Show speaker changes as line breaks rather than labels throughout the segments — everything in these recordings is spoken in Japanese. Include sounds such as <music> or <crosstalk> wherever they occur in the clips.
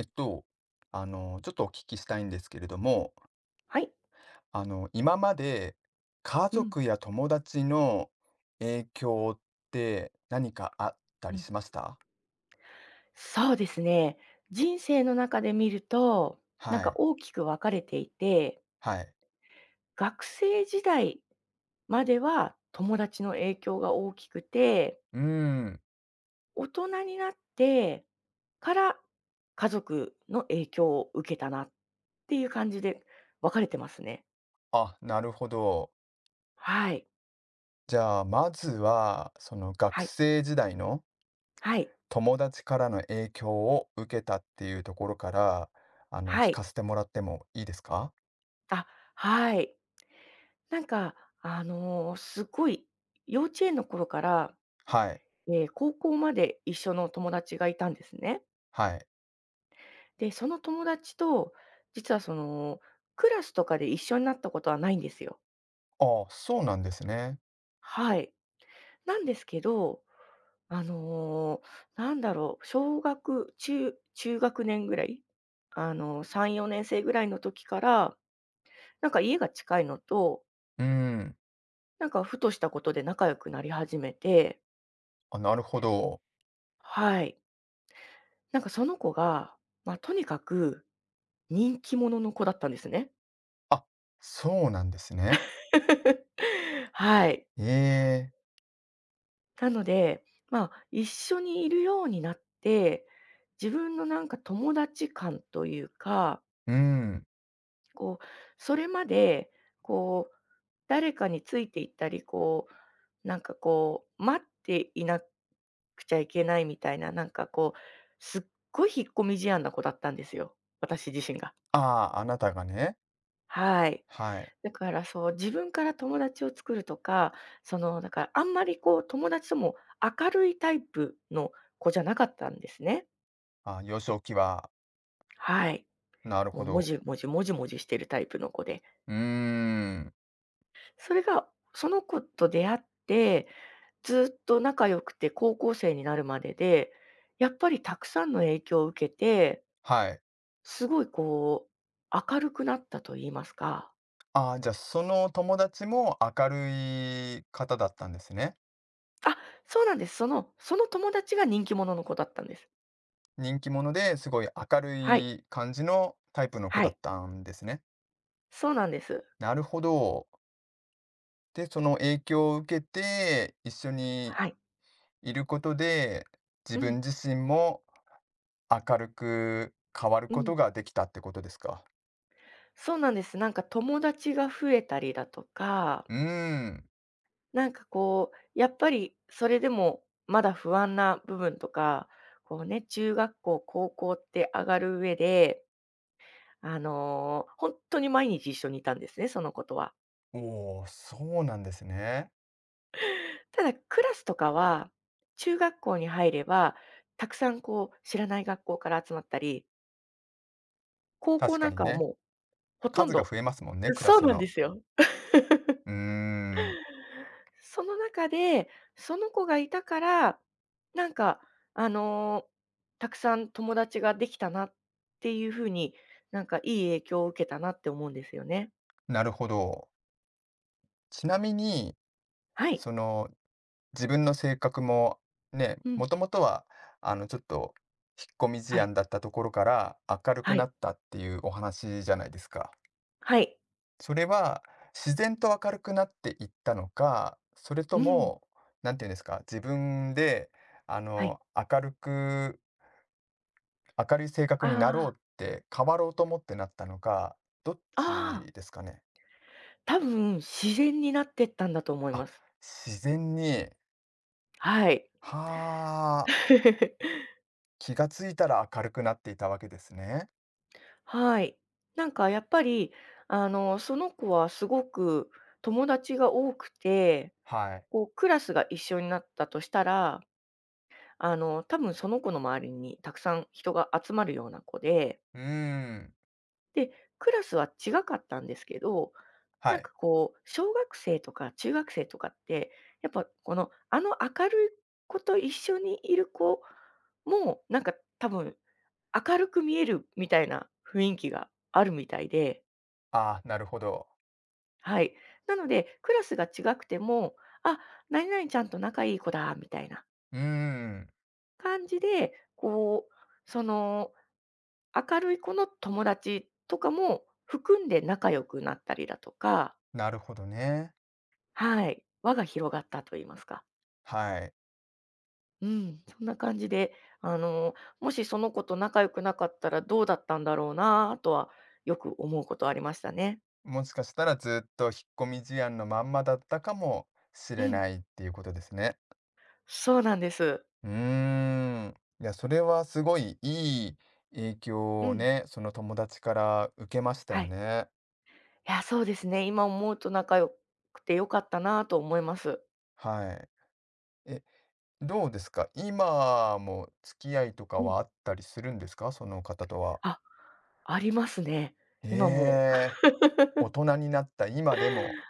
えっと、ちょっとお聞きしたいんですけれども、
はい。
今まで家
うん、
族や友達の影響って何かあった
う
り
ん。
しました？
そうですね。人生の中で見ると、なん
は
か
い。
大きく分かれていて、
はい。
学生時代までは友達の影響が大きくて、
うーん。
大人になってから家族の影響を受けたなっていう感じで分かれてますね。
あ、なるほど。
はい。
じゃあ、まずは、その学
はい。
生時代の
はい。
友達からの影響を受けたっていうところから、
は
聞か
い。
せてもらってもいいですか？
あ、はい。なんか、すごい幼稚園の頃から
はい。
高校まで一緒の友達がいたんですね。
はい。
で、その友達と、実はその、クラスとかで一緒になったことはないんですよ。
ああ、そうなんですね。
はい。なんですけど、あの、なんだろう、小学、中学年ぐらい、3、4年生ぐらいの時から、なんか家が近いのと、
うーん。
なんかふとしたことで仲良くなり始めて、
あ、なるほど。
はい。なんかその子が、まあ、とにかく人気者の子だったんですね。
あ、そうなんですね。
<laughs> はい。
ええ、
なので、まあ、一緒にいるようになって、自分のなんか友達感というか、
うん。
こう、それまで、こう、誰かについていったり、こう、なんかこう、待っていなくちゃいけないみたいな、なんかこう、すっごい引っ込み思案な子だったんですよ。私自身が。
ああ、あなたがね。
はい。
はい。
だからそう、自分から友達を作るとか、その、だからあんまりこう友達とも明るいタイプの子じゃなかったんですね。
あ、幼少期は、
はい。
なるほ
もうも
ど。
じもじもじもじしてるタイプの子で。
うーん、
それが、その子と出会って、ずっと仲良くて高校生になるまでで、やっぱりたくさんの影響を受けて、
はい。
すごいこう、明るくなったと言いますか。
ああ、じゃあ、その友達も明るい方だったんですね。
あ、そうなんです。その友達が人気者の子だったんです。
人気者ですごい明る
はい。
い感じのタイプの子
は
だっ
い。
たんですね。
そうなんです。
なるほど。で、その影響を受けて、一緒に
はい。
いることで、自
う
分
ん、
自身も明るく変わる
う
こ
ん。
とができたってことですか？
そうなんです。なんか友達が増えたりだとか、
うーん。
なんかこう、やっぱりそれでもまだ不安な部分とか、こうね、中学校、高校って上がる上で、ほんに毎日一緒にいたんですね、そのことは。
おお、そうなんですね。
ただクラスとかは、中学校に入れば、たくさんこう知らない学校から集まったり、高
確
校
か
なん
に
かは
ね、
もうほとん
数が
ど
増えますもんね、クラ
そう
ス
なんで
の。
すよ。
うーん、
その中で、その子がいたから、なんか、あの、たくさん友達ができたなっていう風に、なんかいい影響を受けたなって思うんですよね。
なるほど。ちなみに、
はい。
その、自分の性格も、ね、
う
も
ん。
ともとは、ちょっと、引っ込み思
はい。
案だったところから明るく
は
な
い。
ったっていうお話じゃないですか。
はい。
それは、自然と明るくなっていったのか、それと
うん。
も、なんていうんですか、自分で、あ
はい。
の、明るく明るい性格になろ
あ
うって、変わろうと思ってなったのか、どっ
ああ、
ちですかね？
多分自然になってったんだと思い
あ、
ます。
自然に、
はい。
はあ、
<laughs>
気がついたら明るくなっていたわけですね。
はい。なんかやっぱり、その子はすごく友達が多くて
はい。
こう、クラスが一緒になったとしたら、多分その子の周りにたくさん人が集まるような子で、
うーん、
で、クラスは違かったんですけど、
は
なん
い。
かこう、小学生とか中学生とかって、やっぱこの、あの明るい子と一緒にいる子も、なんか多分明るく見えるみたいな雰囲気があるみたいで、
ああ、なるほど。
はい。なので、クラスが違くても、あ、何々ちゃんと仲いい子だ、みたいな。
うーん、
感じで、こう、その、明るい子の友達とかも含んで仲良くなったりだとか、
なるほどね。
はい、輪が広がったと言いますか。
はい。
うん、そんな感じで、あの、もしその子と仲良くなかったらどうだったんだろうなとはよく思うことありましたね。
もしかしたらずっと引っ込み思案のまんまだったかもし
う
れ
ん、
ないっていうことですね。
そうなんです。
うーん。いや、それはすごいいい影響
う
を
ん、
ね、その友達から受けました
は
よ
い。
ね。
いや、そうですね。今思うと仲良くて良かったなと思います。
はい。え、どうですか、今も付き合いとか
うん。
はあったりするんですか、その方とは？
あ、ありますね。
へ
今も
え、大人になった今でも。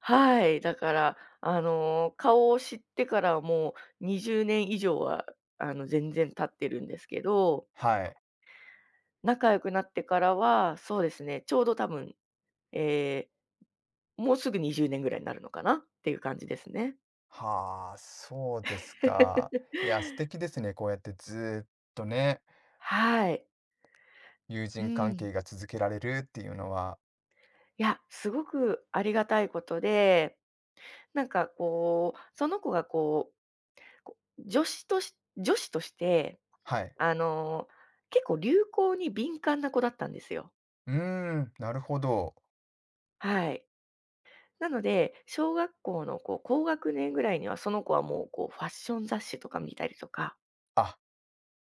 はい、だから、顔を知ってからもう20年以上は、全然経ってるんですけど、
はい。
仲良くなってからは、そうですね、ちょうど多分、えーもうすぐ20年ぐらいになるのかなっていう感じですね。
はあ、そうですか。
<laughs>
いや、素敵ですね。こうやってずーっとね、
はい。
友
う
人関
ん。
係が続けられるっていうのは。
いや、すごくありがたいことで、なんかこう、その子がこう、こ女子とし女子として、
はい。
あの、結構流行に敏感な子だったんですよ。
うーん、なるほど。
はい。なので、小学校のこう、高学年ぐらいにはその子はもうこうファッション雑誌とか見たりとか、
あ、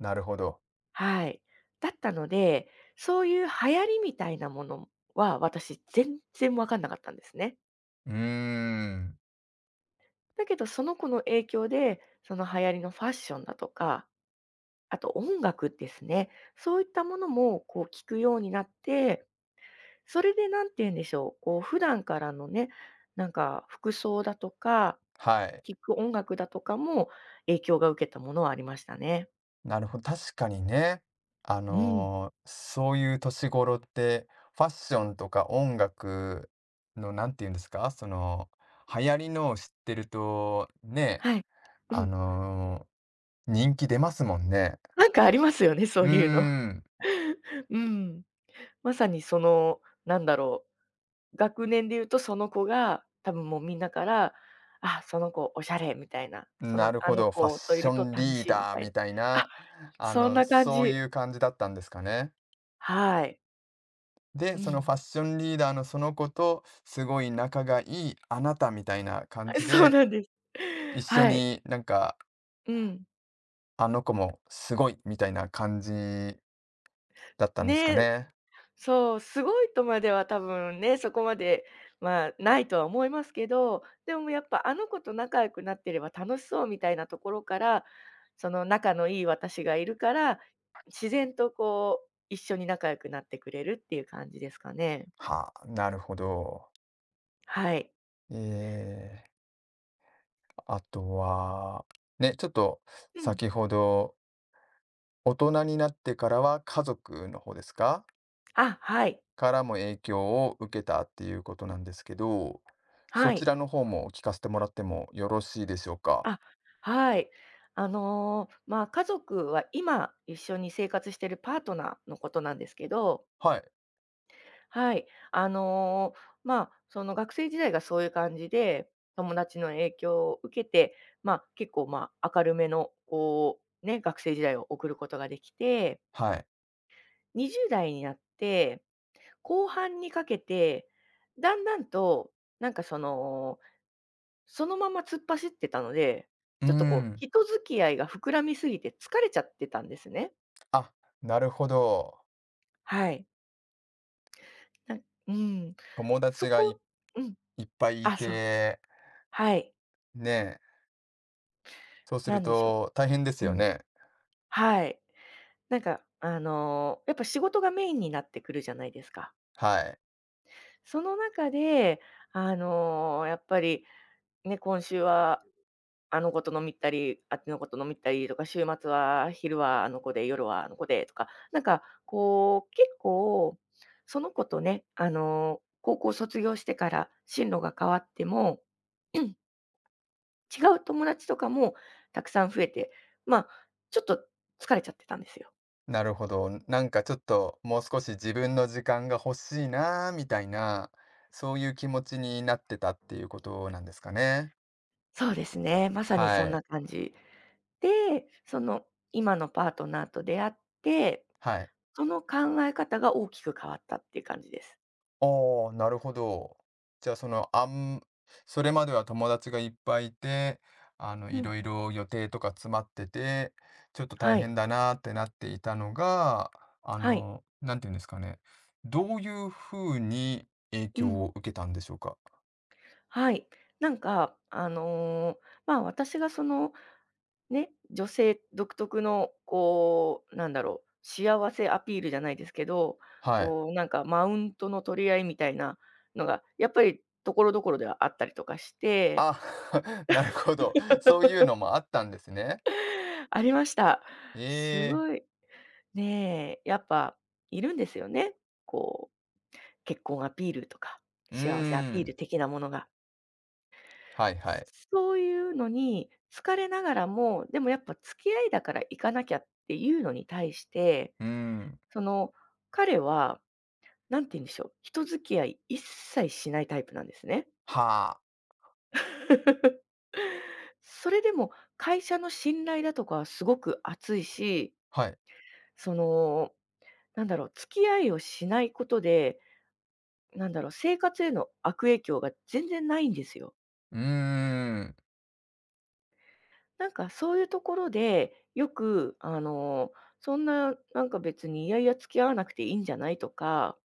なるほど。
はい。だったので、そういう流行りみたいなものは私全然わかんなかったんですね。
うーん、
だけどその子の影響で、その流行りのファッションだとか、あと音楽ですね。そういったものもこう聞くようになって、それでなんて言うんでしょう、こう普段からのね、なんか服装だとか、
はい。
聴く音楽だとかも影響が受けたものはありましたね。
なるほど、確かにね。
うん。
そういう年頃って、ファッションとか音楽の、なんて言うんですか、その、流行りのを知ってると、ね、
はい。う
あ
ん。
の、人気出ますもんね。
<laughs> なんかありますよね、そ
うー
ういうの。
ん、
<laughs> うん。まさにその、なんだろう、学年で言うとその子が、多分もうみんなから、あ、その子おしゃれみたいな、そ
な
の
る
あ
ほ
の
ど、ファッ
子とい
シ
ると
ョン
楽
リー
しいみ
ダー
たい
み
な。
たい
あ、
な、
そんな感
そう
じ。
いう感じだったんですかね。
はい。
で、
う
そのファッ
ん。
ションリーダーのその子と、すごい仲がいいあなたみたいな感じ
<laughs> そう
で
なんです。<laughs>
一緒
はい。
になんか、
うん。
あの子もすごいみたいな感じだったんですか
ね、
ね。
そう、すごいとまでは多分ね、そこまで、まあ、ないとは思いますけど、でもやっぱあの子と仲良くなってれば楽しそうみたいなところから、その仲のいい私がいるから、自然とこう一緒に仲良くなってくれるっていう感じですかね。
はあ、なるほど。
はい。
えーあとは、ね、ちょっと
うん。
先ほど、大人になってからは家族の方ですか？
あ、はい。
からも影響を受けたっていうことなんですけど、
は
そち
い。
らの方も聞かせてもらってもよろしいでしょうか？
あ、はい。まあ、家族は今一緒に生活しているパートナーのことなんですけど、
はい、
はい。まあ、その学生時代がそういう感じで、友達の影響を受けて、まあ、結構、まあ、明るめの、こう、ね、学生時代を送ることができて、
はい。
20代になって、後半にかけて、だんだんと、なんかその、そのまま突っ走ってたので、
うー
ちょっとこう、
ん。
人付き合いが膨らみすぎて疲れちゃってたんですね。
あ、なるほど。
はい。なうん。
友
そ
達がい
こうん。
いっぱいい
あ、そう。
て、
はい。
ね。そうす
な
る
んでしょ
と大変です
う。う
よ
ん。
ね。
はい。なんか、やっぱ仕事がメインになってくるじゃないですか。
はい。
その中で、やっぱりね、今週はあの子と飲み行ったり、あっちの子と飲み行ったりとか、週末は昼はあの子で、夜はあの子でとか、なんかこう、結構その子とね、高校卒業してから進路が変わっても、<clears throat> うん、違う友達とかもたくさん増えて、まあ、ちょっと疲れちゃってたんですよ。
なるほど。なんかちょっともう少し自分の時間が欲しいなーみたいな、そういう気持ちになってたっていうことなんですかね。
そうですね、まさに
は
そんな
い。
感じ。で、その今のパートナーと出会って、
はい。
その考え方が大きく変わったっていう感じです。
ああ、なるほど。じゃあ、それまでは友達がいっぱいいて、
う
い
ん。
ろいろ予定とか詰まってて、ちょっと大
はい、
変だなーってなっていたのが、
はい。
なんていうんですかね、どういうふうに影
う
響
ん。
を受けたんでしょうか？
はい。なんか、ま、私がその、ね、女性独特のこう、なんだろう、幸せアピールじゃないですけど、
はい。
こうなんかマウントの取り合いみたいなのが、やっぱり所々ではあったりとかして。
あ、<laughs> なるほど。そういう
<laughs>
のもあったんですね。
ありました。
え
す
え、
ごい、ねえ、やっぱいるんですよね。こう、結婚アピールとか、
うー
幸せアピー
ん。
ル的なものが。
はいはい。
そういうのに疲れながらも、でもやっぱ付き合いだから行かなきゃっていうのに対して、
うーん。
その、彼は、なんて言うんでしょう、人付き合い一切しないタイプなんですね。
はあ、
<laughs> それでも会社の信頼だとかはすごく厚いし、
はい。
その、なんだろう、付き合いをしないことで、なんだろう、生活への悪影響が全然ないんですよ。
うーん。
なんかそういうところで、よくそんな、なんか別にいやいや付き合わなくていいんじゃないとか、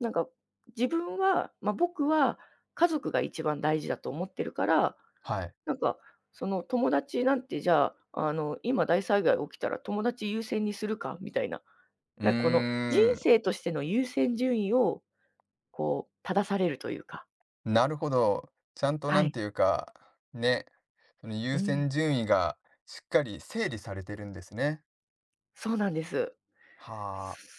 なんか自分は、ま、僕は家族が一番大事だと思ってるから、
はい。
なんかその友達なんてじゃあ、あの今大災害起きたら友達優先にするかみたいな、
うー
なんかこの人
ん。
生としての優先順位をこう、正されるというか。
なるほど。ちゃんとな
は
ん
い。
ていうか、ね、その優
うん、
先順位がしっかり整理されてるんですね。
そうなんです。
はあ。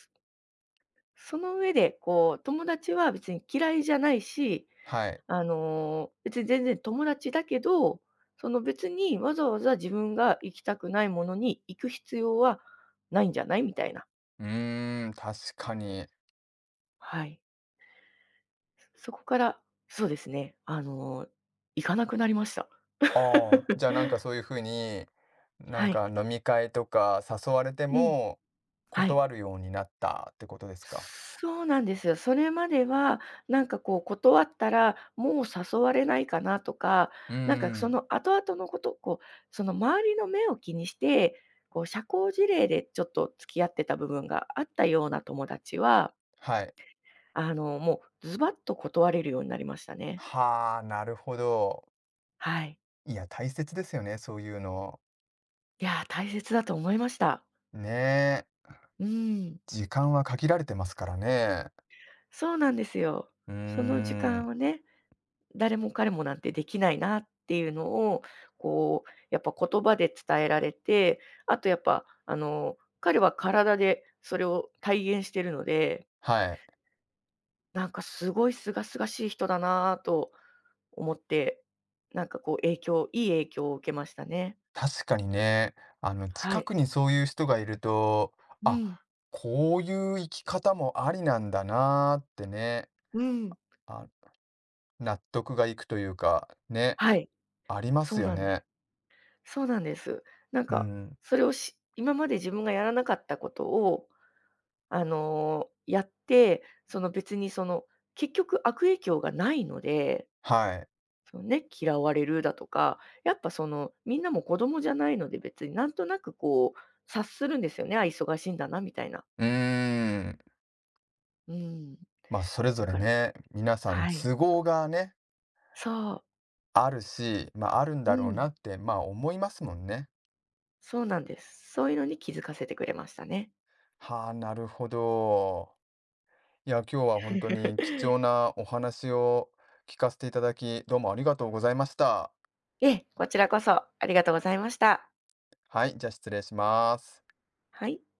その上で、こう、友達は別に嫌いじゃないし、
はい。
別に全然友達だけど、その別にわざわざ自分が行きたくないものに行く必要はないんじゃないみたいな。
うーん、確かに。
はい。そこから、そうですね、行かなくなりました。
ああ、じゃあ
<laughs>
なんかそういう風に、なん
はい。
か飲み会とか誘われて
うん。
も、
はい。
断るようになったってことですか？
そうなんですよ。それまでは、なんかこう断ったら、もう誘われないかなとか、
うー
なんかそ
ん、
の後々のこと、こう、その周りの目を気にして、こう社交辞令でちょっと付き合ってた部分があったような友達は、
はい。
もうズバッと断れるようになりましたね。
はあ、なるほど。
はい。
いや、大切ですよね、そういうの。
いやー、大切だと思いました。
ねえ。
うん。
時間は限られてますからね。
そうなんですよ。
うー
その時間
ん。
をね、誰も彼もなんてできないなっていうのを、こう、やっぱ言葉で伝えられて、あとやっぱ、彼は体でそれを体現してるので、
はい。
なんかすごい清々しい人だなと思って、なんかこういい影響を受けましたね。
確かにね、
は
近
い。
くにそういう人がいると、
う
あ、
ん。
こういう生き方もありなんだなーってね、
うん。
あ、納得がいくというか、ね、
はい、
ありま
そ
す
う
よ
なんで
ね。
す。そうなんです。なん
う
か、
ん。
それをし今まで自分がやらなかったことをあの、やって、その別にその、結局悪影響がないので、
はい。
そのね、嫌われるだとか、やっぱその、みんなも子供じゃないので、別になんとなくこう、察するんですよね。あ、忙しいんだなみたいな。
うーん。
うん。
まあ、それぞ
だ
れ
から
ね、皆さん
はい。
都合がね、
そう。
あるし、まあ、あるん
う
だろうな
ん。
って、まあ、思いますもんね。
そうなんです。そういうのに気づかせてくれましたね。
はあ、なるほど。いや、今日は本当に貴
<laughs>
重なお話を聞かせていただき、どうもありがとうございました。
ええ、こちらこそありがとうございました。
はい、じゃ、失礼します。
はい。